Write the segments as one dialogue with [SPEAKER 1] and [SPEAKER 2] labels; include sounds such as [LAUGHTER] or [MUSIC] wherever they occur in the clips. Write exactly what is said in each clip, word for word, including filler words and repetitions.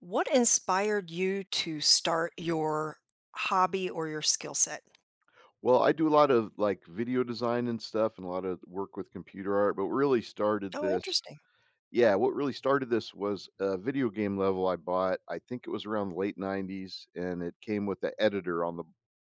[SPEAKER 1] What inspired you to start your hobby or your skill set?
[SPEAKER 2] Well, I do a lot of, like, video design and stuff and a lot of work with computer art, but what really started
[SPEAKER 1] Oh,
[SPEAKER 2] this
[SPEAKER 1] interesting.
[SPEAKER 2] Yeah, what really started this was a video game level I bought, I think it was around the late nineties, and it came with the editor on the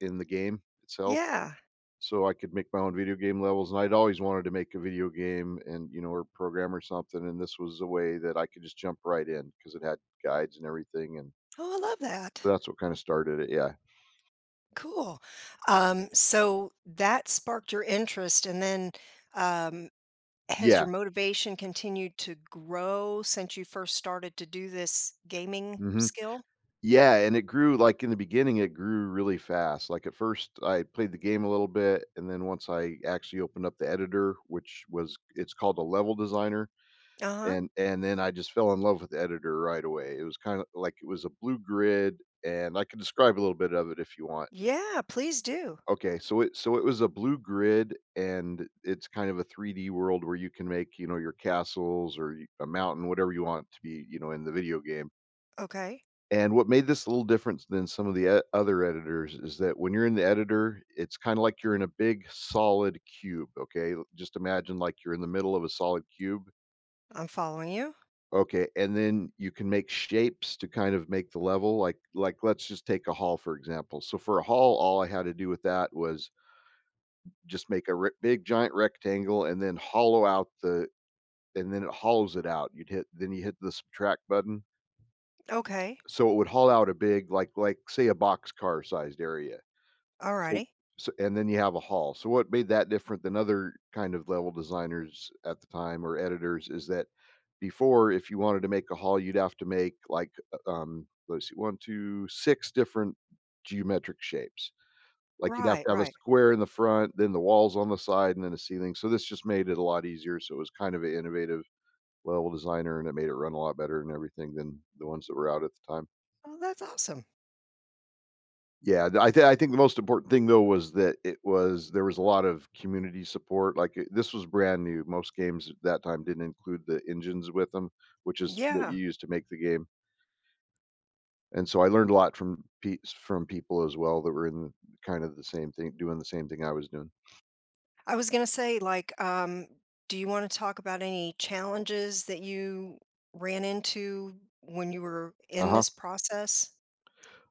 [SPEAKER 2] in the game itself,
[SPEAKER 1] Yeah.
[SPEAKER 2] so I could make my own video game levels, and I'd always wanted to make a video game and, you know, or program or something, and this was a way that I could just jump right in because it had guides and everything, and
[SPEAKER 1] Oh, I love that.
[SPEAKER 2] so that's what kinda started it, yeah.
[SPEAKER 1] Cool. Um, so that sparked your interest, and then um, has your
[SPEAKER 2] Yeah.
[SPEAKER 1] motivation continued to grow since you first started to do this gaming
[SPEAKER 2] Mhm.
[SPEAKER 1] skill?
[SPEAKER 2] Yeah, and it grew like, in the beginning, it grew really fast. Like, at first, I played the game a little bit, and then once I actually opened up the editor, which was it's called a level designer,
[SPEAKER 1] Uh huh.
[SPEAKER 2] and and then I just fell in love with the editor right away. It was kinda like it was a blue grid, and I can describe a little bit of it if you want.
[SPEAKER 1] Yeah, please do.
[SPEAKER 2] Okay, so it so it was a blue grid, and it's kind of a three D world where you can make, you know, your castles or y a mountain, whatever you want to be, you know, in the video game.
[SPEAKER 1] Okay.
[SPEAKER 2] And what made this a little different than some of the e other editors is that when you're in the editor, it's kinda like you're in a big solid cube, okay? Just imagine like you're in the middle of a solid cube.
[SPEAKER 1] I'm following you.
[SPEAKER 2] Okay, and then you can make shapes to kind of make the level, like like, let's just take a hall, for example. So for a hall, all I had to do with that was just make a rec big giant rectangle and then hollow out the and then it hollows it out. You'd hit then you hit the subtract button.
[SPEAKER 1] Okay.
[SPEAKER 2] So it would haul out a big like like, say, a boxcar-sized area.
[SPEAKER 1] All
[SPEAKER 2] So
[SPEAKER 1] righty.
[SPEAKER 2] so and then you have a hall. So what made that different than other kind of level designers at the time or editors is that before, if you wanted to make a hall, you'd have to make like, uh, um, let's see, one, two, six different geometric shapes. Like you'd have
[SPEAKER 1] Right,
[SPEAKER 2] to have a
[SPEAKER 1] right.
[SPEAKER 2] square in the front, then the walls on the side, and then a ceiling. So this just made it a lot easier. So it was kind of an innovative level designer and it made it run a lot better and everything than the ones that were out at the time.
[SPEAKER 1] Oh, that's awesome.
[SPEAKER 2] Yeah, th I thi I think the most important thing, though, was that it was there was a lot of community support, like, eh this was brand new, most games at that time didn't include the engines with them, which is what you
[SPEAKER 1] Yeah.
[SPEAKER 2] use to make the game, and so I learned a lot from pe from people as well that were in the, kind of the same thing doing the same thing I was doing.
[SPEAKER 1] I was gonna say, like, um, do you wanna talk about any challenges that you ran into when you were in
[SPEAKER 2] Uh-huh.
[SPEAKER 1] this process?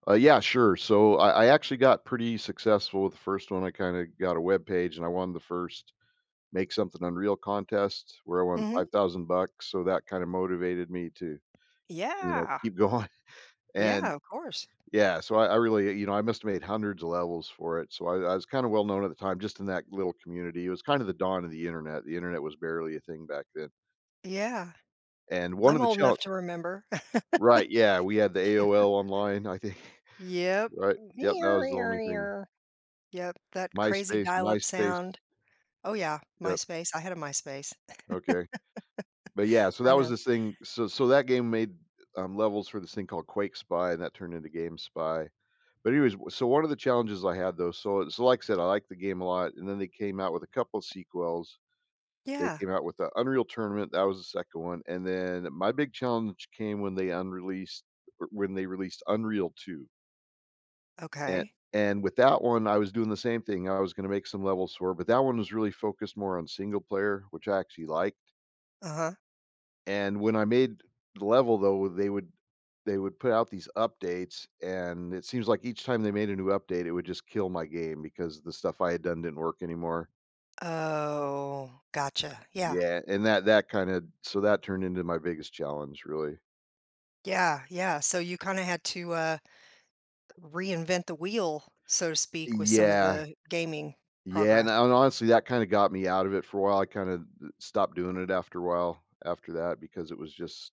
[SPEAKER 2] Uh, yeah, sure, so I I actually got pretty successful with the first one, I kinda got a web page, and I won the first Make Something Unreal contest where I won
[SPEAKER 1] Mhm.
[SPEAKER 2] five thousand bucks, so that kinda motivated me to, you know,
[SPEAKER 1] Yeah.
[SPEAKER 2] keep [LAUGHS] going. And
[SPEAKER 1] Yeah, of course.
[SPEAKER 2] yeah, so I, I really, you know, I must have made hundreds of levels for it. So I, I was kind of well known at the time, just in that little community. It was kind of the dawn of the internet. The internet was barely a thing back then.
[SPEAKER 1] Yeah.
[SPEAKER 2] And one
[SPEAKER 1] I'm
[SPEAKER 2] of the
[SPEAKER 1] old enough
[SPEAKER 2] challenge,
[SPEAKER 1] to remember.
[SPEAKER 2] right? Yeah, we had the
[SPEAKER 1] [LAUGHS]
[SPEAKER 2] A O L online. I think,
[SPEAKER 1] Yep.
[SPEAKER 2] [LAUGHS] right? Yep, that
[SPEAKER 1] Meow,
[SPEAKER 2] was the
[SPEAKER 1] meow,
[SPEAKER 2] only thing.
[SPEAKER 1] meow. Yep, that crazy
[SPEAKER 2] MySpace,
[SPEAKER 1] dial-up
[SPEAKER 2] MySpace.
[SPEAKER 1] sound. Oh, yeah,
[SPEAKER 2] Yep.
[SPEAKER 1] MySpace. I had a MySpace.
[SPEAKER 2] Okay. But yeah, so
[SPEAKER 1] I
[SPEAKER 2] that was
[SPEAKER 1] know.
[SPEAKER 2] this thing. So so that game made um, levels for this thing called Quake Spy, and that turned into Game Spy. But anyways, w so one of the challenges I had though, so so like I said, I like the game a lot, and then they came out with a couple of sequels. They
[SPEAKER 1] Yeah.
[SPEAKER 2] came out with the Unreal Tournament, that was the second one, and then my big challenge came when they unreleased or when they released Unreal two, and
[SPEAKER 1] Okay.
[SPEAKER 2] and with that one, I was doing the same thing, I was gonna make some levels for, but that one was really focused more on single player, which I actually like.
[SPEAKER 1] Uh-huh.
[SPEAKER 2] And when I made the level though, they would they would put out these updates and it seems like each time they made a new update, it would just kill my game because the stuff I had done didn't work anymore.
[SPEAKER 1] Oh, gotcha. Yeah.
[SPEAKER 2] Yeah, and that that kinda so that turned into my biggest challenge, really.
[SPEAKER 1] Yeah, yeah. So you kinda had to, uh reinvent the wheel, so to speak, with some of
[SPEAKER 2] Yeah.
[SPEAKER 1] the gaming
[SPEAKER 2] Yeah, and
[SPEAKER 1] progress.
[SPEAKER 2] and honestly, that kinda got me out of it for a while, I kinda stopped doing it after a while after that because it was just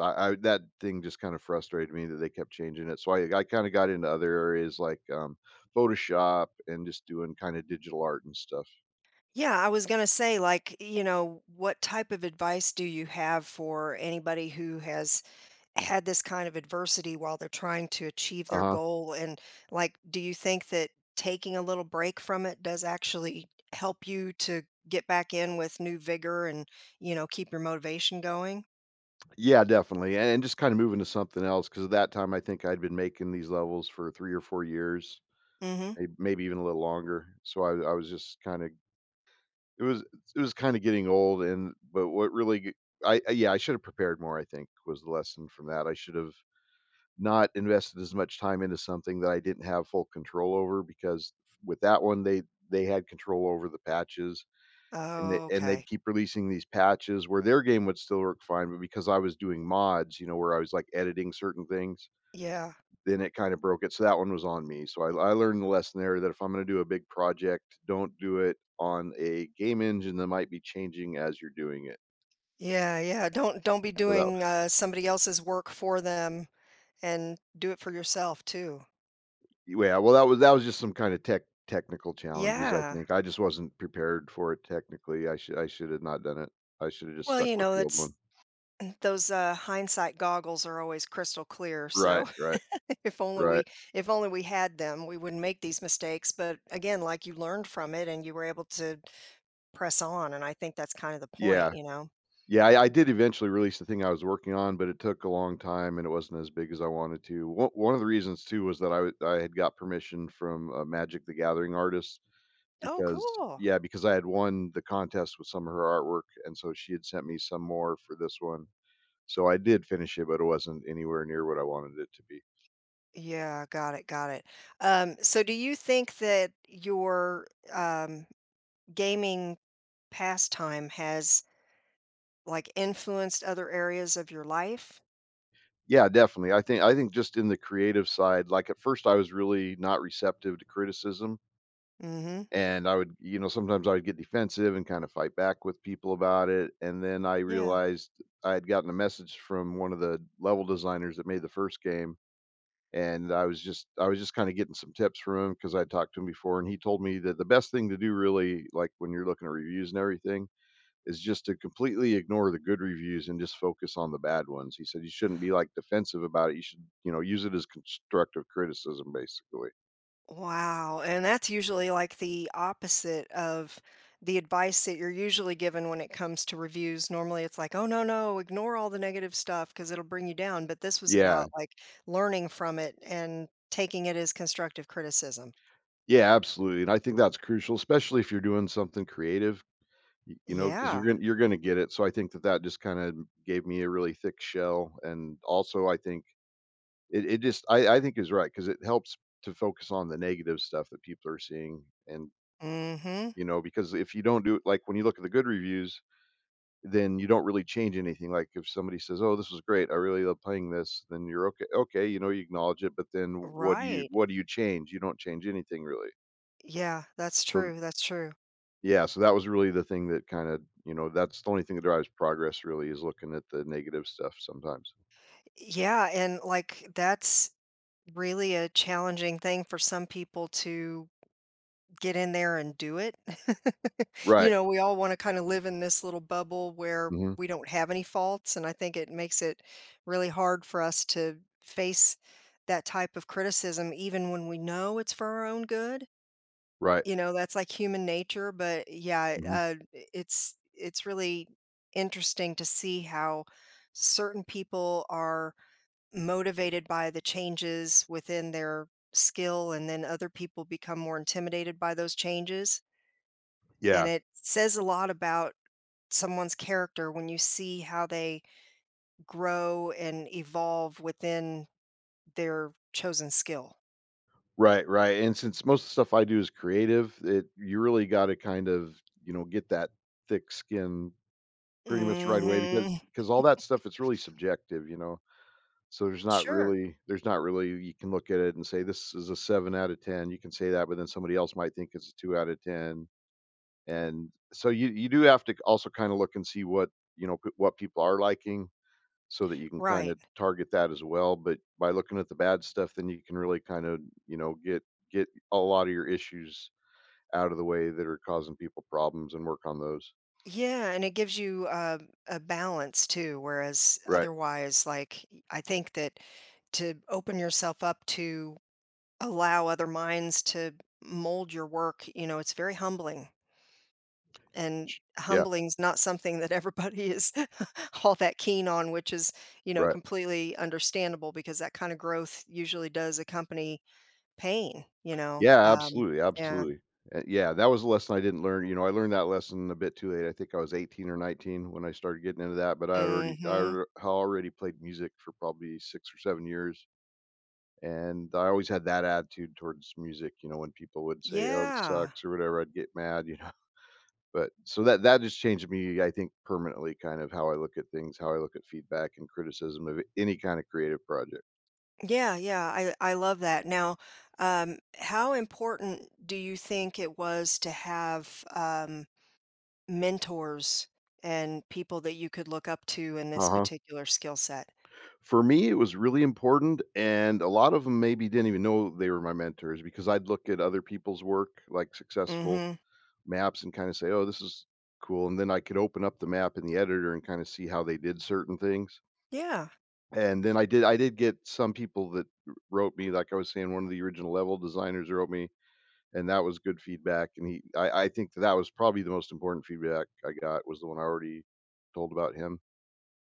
[SPEAKER 2] I I that thing just kinda frustrated me that they kept changing it, so I I kinda got into other areas like, um, Photoshop and just doing kinda digital art and stuff.
[SPEAKER 1] Yeah, I was going to say, like, you know, what type of advice do you have for anybody who has had this kind of adversity while they're trying to achieve their
[SPEAKER 2] Uh-huh.
[SPEAKER 1] goal? And, like, do you think that taking a little break from it does actually help you to get back in with new vigor and, you know, keep your motivation going?
[SPEAKER 2] Yeah, definitely, and and just kinda moving to something else because at that time, I think I'd been making these levels for three or four years,
[SPEAKER 1] Mm hmm.
[SPEAKER 2] may maybe even a little longer, so I I was just kinda It was it was kinda getting old and but what really g I I yeah, I should have prepared more, I think, was the lesson from that. I should have not invested as much time into something that I didn't have full control over because with that one, they they had control over the patches, and they
[SPEAKER 1] Oh,
[SPEAKER 2] and they'd
[SPEAKER 1] okay.
[SPEAKER 2] keep releasing these patches where their game would still work fine, but because I was doing mods, you know, where I was, like, editing certain things,
[SPEAKER 1] Yeah.
[SPEAKER 2] then it kinda broke it, so that one was on me, so I I learned the lesson there that if I'm gonna do a big project, don't do it on a game engine that might be changing as you're doing it.
[SPEAKER 1] Yeah, yeah. Don't don't be
[SPEAKER 2] So that
[SPEAKER 1] doing, uh, somebody else's work for them, and do it for yourself too.
[SPEAKER 2] yeah, well, that was that was just some kinda tech technical challenges, I
[SPEAKER 1] Yeah.
[SPEAKER 2] think. I just wasn't prepared for it technically. I should I should have not done it. I should have just
[SPEAKER 1] Well,
[SPEAKER 2] stuck
[SPEAKER 1] you
[SPEAKER 2] with
[SPEAKER 1] know,
[SPEAKER 2] the old
[SPEAKER 1] that's
[SPEAKER 2] one.
[SPEAKER 1] those, uh, hindsight goggles are always crystal clear,
[SPEAKER 2] Right,
[SPEAKER 1] so
[SPEAKER 2] right,
[SPEAKER 1] [LAUGHS] if only
[SPEAKER 2] right.
[SPEAKER 1] we if only we had them, we wouldn't make these mistakes, but again, like, you learned from it and you were able to press on, and I think that's kind of the point,
[SPEAKER 2] Yeah.
[SPEAKER 1] you know?
[SPEAKER 2] Yeah, I I did eventually release the thing I was working on, but it took a long time and it wasn't as big as I wanted to. One one of the reasons too was that I w- I had got permission from uh, Magic the Gathering artist
[SPEAKER 1] Oh,
[SPEAKER 2] because
[SPEAKER 1] cool.
[SPEAKER 2] yeah, because I had won the contest with some of her artwork, and so she had sent me some more for this one. So I did finish it, but it wasn't anywhere near what I wanted it to be.
[SPEAKER 1] Yeah, got it, got it. Um, so do you think that your, um, gaming pastime has like, influenced other areas of your life?
[SPEAKER 2] Yeah, definitely. I think I think just in the creative side, like at first I was really not receptive to criticism.
[SPEAKER 1] Mhm.
[SPEAKER 2] And I would, you know, sometimes I would get defensive and kind of fight back with people about it. And then I
[SPEAKER 1] Yeah.
[SPEAKER 2] realized I had gotten a message from one of the level designers that made the first game. And I was just, I was just kind of getting some tips from him because I talked to him before. And he told me that the best thing to do, really, like when you're looking at reviews and everything, is just to completely ignore the good reviews and just focus on the bad ones. He said you shouldn't be like defensive about it. You should, you know, use it as constructive criticism, basically.
[SPEAKER 1] Wow, and that's usually, like, the opposite of the advice that you're usually given when it comes to reviews. Normally, it's like, "Oh, no, no, ignore all the negative stuff because 'cause it'll bring you down," but this was
[SPEAKER 2] Yeah.
[SPEAKER 1] about, like, learning from it and taking it as constructive criticism.
[SPEAKER 2] Yeah, absolutely, and I think that's crucial, especially if you're doing something creative, y you know, because 'cause
[SPEAKER 1] Yeah.
[SPEAKER 2] you're gonna you're gonna get it, so I think that that just kinda gave me a really thick shell, and also I think it it just I I think is right because it helps to focus on the negative stuff that people are seeing, and,
[SPEAKER 1] Mm. Mhm.
[SPEAKER 2] you know, because if you don't do it like, when you look at the good reviews, then you don't really change anything, like, if somebody says, "Oh, this was great, I really love playing this," then you're okay okay, you know, you acknowledge it, but then what do you
[SPEAKER 1] Right.
[SPEAKER 2] what do you change? You don't change anything really.
[SPEAKER 1] Yeah, that's
[SPEAKER 2] So
[SPEAKER 1] true, that's true.
[SPEAKER 2] yeah, so that was really the thing that kinda you know, that's the only thing that drives progress really is looking at the negative stuff sometimes.
[SPEAKER 1] Yeah, and, like, that's really a challenging thing for some people to get in there and do it. [LAUGHS] You
[SPEAKER 2] Right.
[SPEAKER 1] know, we all want to kind of live in this little bubble where
[SPEAKER 2] Mhm.
[SPEAKER 1] we don't have any faults, and I think it makes it really hard for us to face that type of criticism even when we know it's for our own good.
[SPEAKER 2] Right.
[SPEAKER 1] You know, that's like human nature, but yeah,
[SPEAKER 2] Mhm.
[SPEAKER 1] uh, it's it's really interesting to see how certain people are motivated by the changes within their skill and then other people become more intimidated by those changes, and
[SPEAKER 2] Yeah.
[SPEAKER 1] it says a lot about someone's character when you see how they grow and evolve within their chosen skill.
[SPEAKER 2] Right, right, and since most of the stuff I do is creative, it you really gotta kind of, you know, get that thick skin pretty much right away because
[SPEAKER 1] Mhm.
[SPEAKER 2] because all that stuff, it's really subjective, you know? So there's not
[SPEAKER 1] Sure.
[SPEAKER 2] really there's not really you can look at it and say, "This is a seven out of ten." You can say that, but then somebody else might think it's a two out of ten. And so you you do have to also kinda look and see what, you know, p what people are liking so that you can kinda
[SPEAKER 1] Right.
[SPEAKER 2] target that as well, but by looking at the bad stuff, then you can really kind of, you know, get get a lot of your issues out of the way that are causing people problems and work on those.
[SPEAKER 1] Yeah, and it gives you a, a balance too. Whereas
[SPEAKER 2] Right.
[SPEAKER 1] otherwise, like y- I think that to open yourself up to allow other minds to mold your work, you know, it's very humbling. And
[SPEAKER 2] Sh Yeah,
[SPEAKER 1] humbling's not something that everybody is [LAUGHS] all that keen on, which is, you know,
[SPEAKER 2] right.
[SPEAKER 1] completely understandable because that kind of growth usually does accompany pain, you know?
[SPEAKER 2] Yeah,
[SPEAKER 1] Um,
[SPEAKER 2] absolutely,
[SPEAKER 1] yeah.
[SPEAKER 2] absolutely. Uh, yeah, that was a lesson I didn't learn, you know, I learned that lesson a bit too late. I think I was eighteen or nineteen when I started getting into that, but I already I
[SPEAKER 1] Mhm.
[SPEAKER 2] alre I already played music for probably six or seven years. And I always had that attitude towards music, you know, when people would say, "Oh, this
[SPEAKER 1] Yeah.
[SPEAKER 2] sucks," or whatever, I'd get mad, you know. [LAUGHS] But so that that just changed me, I think, permanently kind of how I look at things, how I look at feedback and criticism of any kind of creative project.
[SPEAKER 1] Yeah, yeah, I I love that. Now, um, how important do you think it was to have, um, mentors and people that you could look up to in this
[SPEAKER 2] Uh-huh.
[SPEAKER 1] particular skill set?
[SPEAKER 2] For me, it was really important, and a lot of them maybe didn't even know they were my mentors because I'd look at other people's work, like successful
[SPEAKER 1] Mhm.
[SPEAKER 2] maps, and kind of say, "Oh, this is cool," and then I could open up the map in the editor and kind of see how they did certain things.
[SPEAKER 1] Yeah.
[SPEAKER 2] And then I did I did get some people that w wrote me, like I was saying, one of the original level designers wrote me, and that was good feedback, and he I I think that that was probably the most important feedback I got was the one I already told about him.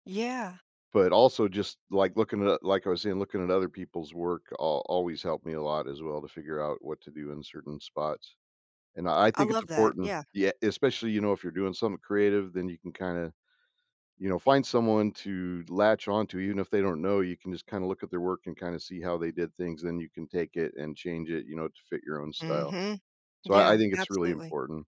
[SPEAKER 1] Yeah.
[SPEAKER 2] But also, just like, looking at like I was saying, looking at other people's work al always helped me a lot as well to figure out what to do in certain spots. And I I
[SPEAKER 1] I
[SPEAKER 2] think it's
[SPEAKER 1] love that.
[SPEAKER 2] important,
[SPEAKER 1] Yeah.
[SPEAKER 2] yeah, especially, you know, if you're doing something creative, then you can kinda, you know, find someone to latch onto, even if they don't know. You can just kind of look at their work and kind of see how they did things. Then you can take it and change it, you know, to fit your own style.
[SPEAKER 1] Mhm.
[SPEAKER 2] So I, I
[SPEAKER 1] Yeah,
[SPEAKER 2] think it's really
[SPEAKER 1] absolutely.
[SPEAKER 2] important.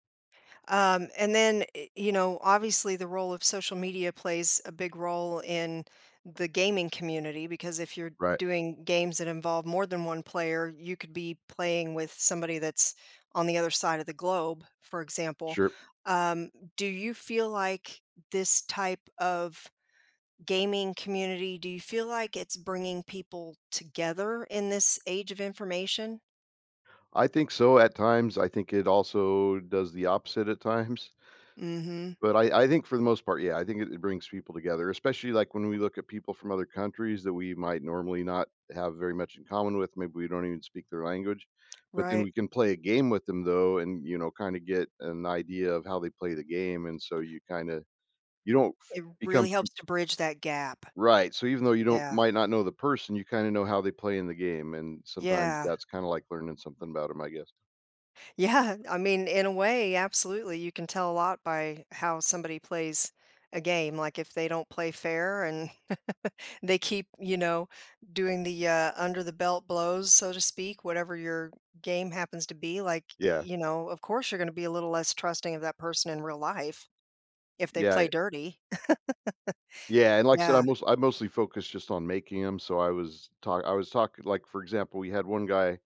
[SPEAKER 1] Um, and then, eh, you know, obviously the role of social media plays a big role in the gaming community because if you're
[SPEAKER 2] Right.
[SPEAKER 1] doing games that involve more than one player, you could be playing with somebody that's on the other side of the globe, for example.
[SPEAKER 2] Sure.
[SPEAKER 1] Um, do you feel like this type of gaming community, do you feel like it's bringing people together in this age of information?
[SPEAKER 2] I think so at times. I think it also does the opposite at times.
[SPEAKER 1] Mhm.
[SPEAKER 2] But I I think for the most part, yeah, I think it it brings people together, especially, like, when we look at people from other countries that we might normally not have very much in common with, maybe we don't even speak their language, but then
[SPEAKER 1] Right.
[SPEAKER 2] we can play a game with them, though, and, you know, kinda get an idea of how they play the game, and so you kinda you don't f
[SPEAKER 1] It
[SPEAKER 2] become
[SPEAKER 1] really helps
[SPEAKER 2] fam
[SPEAKER 1] to bridge that gap.
[SPEAKER 2] Right, so even though you don't
[SPEAKER 1] Yeah.
[SPEAKER 2] might not know the person, you kinda know how they play in the game, and sometimes
[SPEAKER 1] Yeah. [LAUGHS]
[SPEAKER 2] that's kinda like learning something about them, I guess.
[SPEAKER 1] Yeah, I mean, in a way, absolutely, you can tell a lot by how somebody plays a game, like, if they don't play fair and [LAUGHS] they keep, you know, doing the, uh, under the belt blows, so to speak, whatever your game happens to be, like, y
[SPEAKER 2] Yeah,
[SPEAKER 1] you know, of course, you're gonna be a little less trusting of that person in real life if they
[SPEAKER 2] yeah.
[SPEAKER 1] play dirty. [LAUGHS]
[SPEAKER 2] Yeah, and like I said, I
[SPEAKER 1] Yeah.
[SPEAKER 2] most I mostly focused just on making them. So I was talk I was talking, like, for example, we had one guy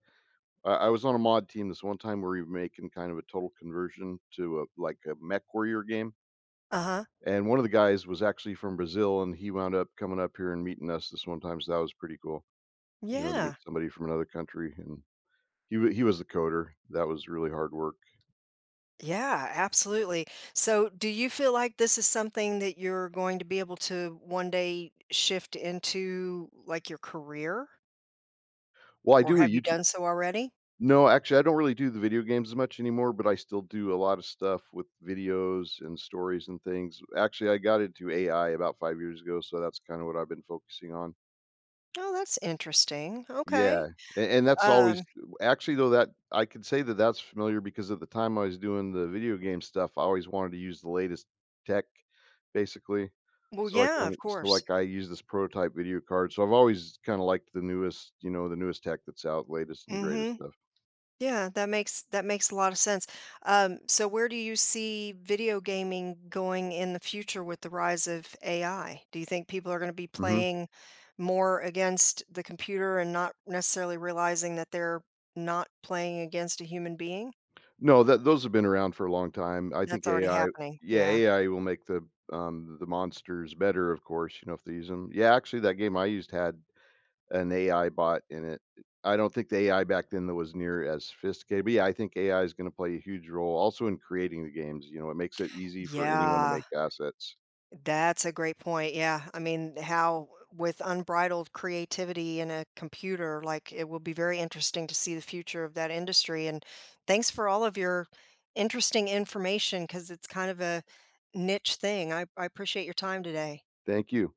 [SPEAKER 2] I I was on a mod team this one time where we were making kind of a total conversion to a, like, a mech warrior game,
[SPEAKER 1] Uh-huh.
[SPEAKER 2] and one of the guys was actually from Brazil, and he wound up coming up here and meeting us this one time, so that was pretty cool, you know, to meet
[SPEAKER 1] Yeah.
[SPEAKER 2] somebody from another country, and he wa he was the coder. That was really hard work.
[SPEAKER 1] Yeah, absolutely. So, do you feel like this is something that you're going to be able to one day shift into like your career,
[SPEAKER 2] Well, I
[SPEAKER 1] or
[SPEAKER 2] do a
[SPEAKER 1] have you
[SPEAKER 2] YouTube.
[SPEAKER 1] done so already?
[SPEAKER 2] No, actually, I don't really do the video games as much anymore, but I still do a lot of stuff with videos and stories and things. Actually, I got into A I about five years ago, so that's kinda what I've been focusing on.
[SPEAKER 1] Oh, that's interesting. Okay.
[SPEAKER 2] Yeah, and and that's always
[SPEAKER 1] Um,
[SPEAKER 2] actually, though, that I could say that that's familiar because at the time I was doing the video game stuff, I always wanted to use the latest tech, basically.
[SPEAKER 1] well,
[SPEAKER 2] So I
[SPEAKER 1] yeah,
[SPEAKER 2] kinda
[SPEAKER 1] of
[SPEAKER 2] so,
[SPEAKER 1] course.
[SPEAKER 2] like, I use this prototype video card, so I've always kinda liked the newest, you know, the newest tech that's out, latest and greatest
[SPEAKER 1] Hmm.
[SPEAKER 2] stuff.
[SPEAKER 1] Yeah, that makes that makes a lot of sense. Um, so where do you see video gaming going in the future with the rise of A I? Do you think people are going to be
[SPEAKER 2] Mhm.
[SPEAKER 1] playing more against the computer and not necessarily realizing that they're not playing against a human being?
[SPEAKER 2] No, that those have been around for a long time. I
[SPEAKER 1] That's
[SPEAKER 2] think
[SPEAKER 1] already
[SPEAKER 2] A I
[SPEAKER 1] happening.
[SPEAKER 2] yeah,
[SPEAKER 1] Yeah.
[SPEAKER 2] A I will make the, um, the monsters better, of course, you know, if they use them. Yeah, actually, that game I used had an A I bot in it. I don't think the A I back then, though, was near as sophisticated, but, yeah, I think A I is gonna play a huge role also in creating the games, you know, it makes it easy for anyone to
[SPEAKER 1] Yeah.
[SPEAKER 2] make assets.
[SPEAKER 1] That's a great point, yeah. I mean, how with unbridled creativity in a computer, like, it will be very interesting to see the future of that industry, and thanks for all of your interesting information, because it's kind of a niche thing. I I appreciate your time today.
[SPEAKER 2] Thank you.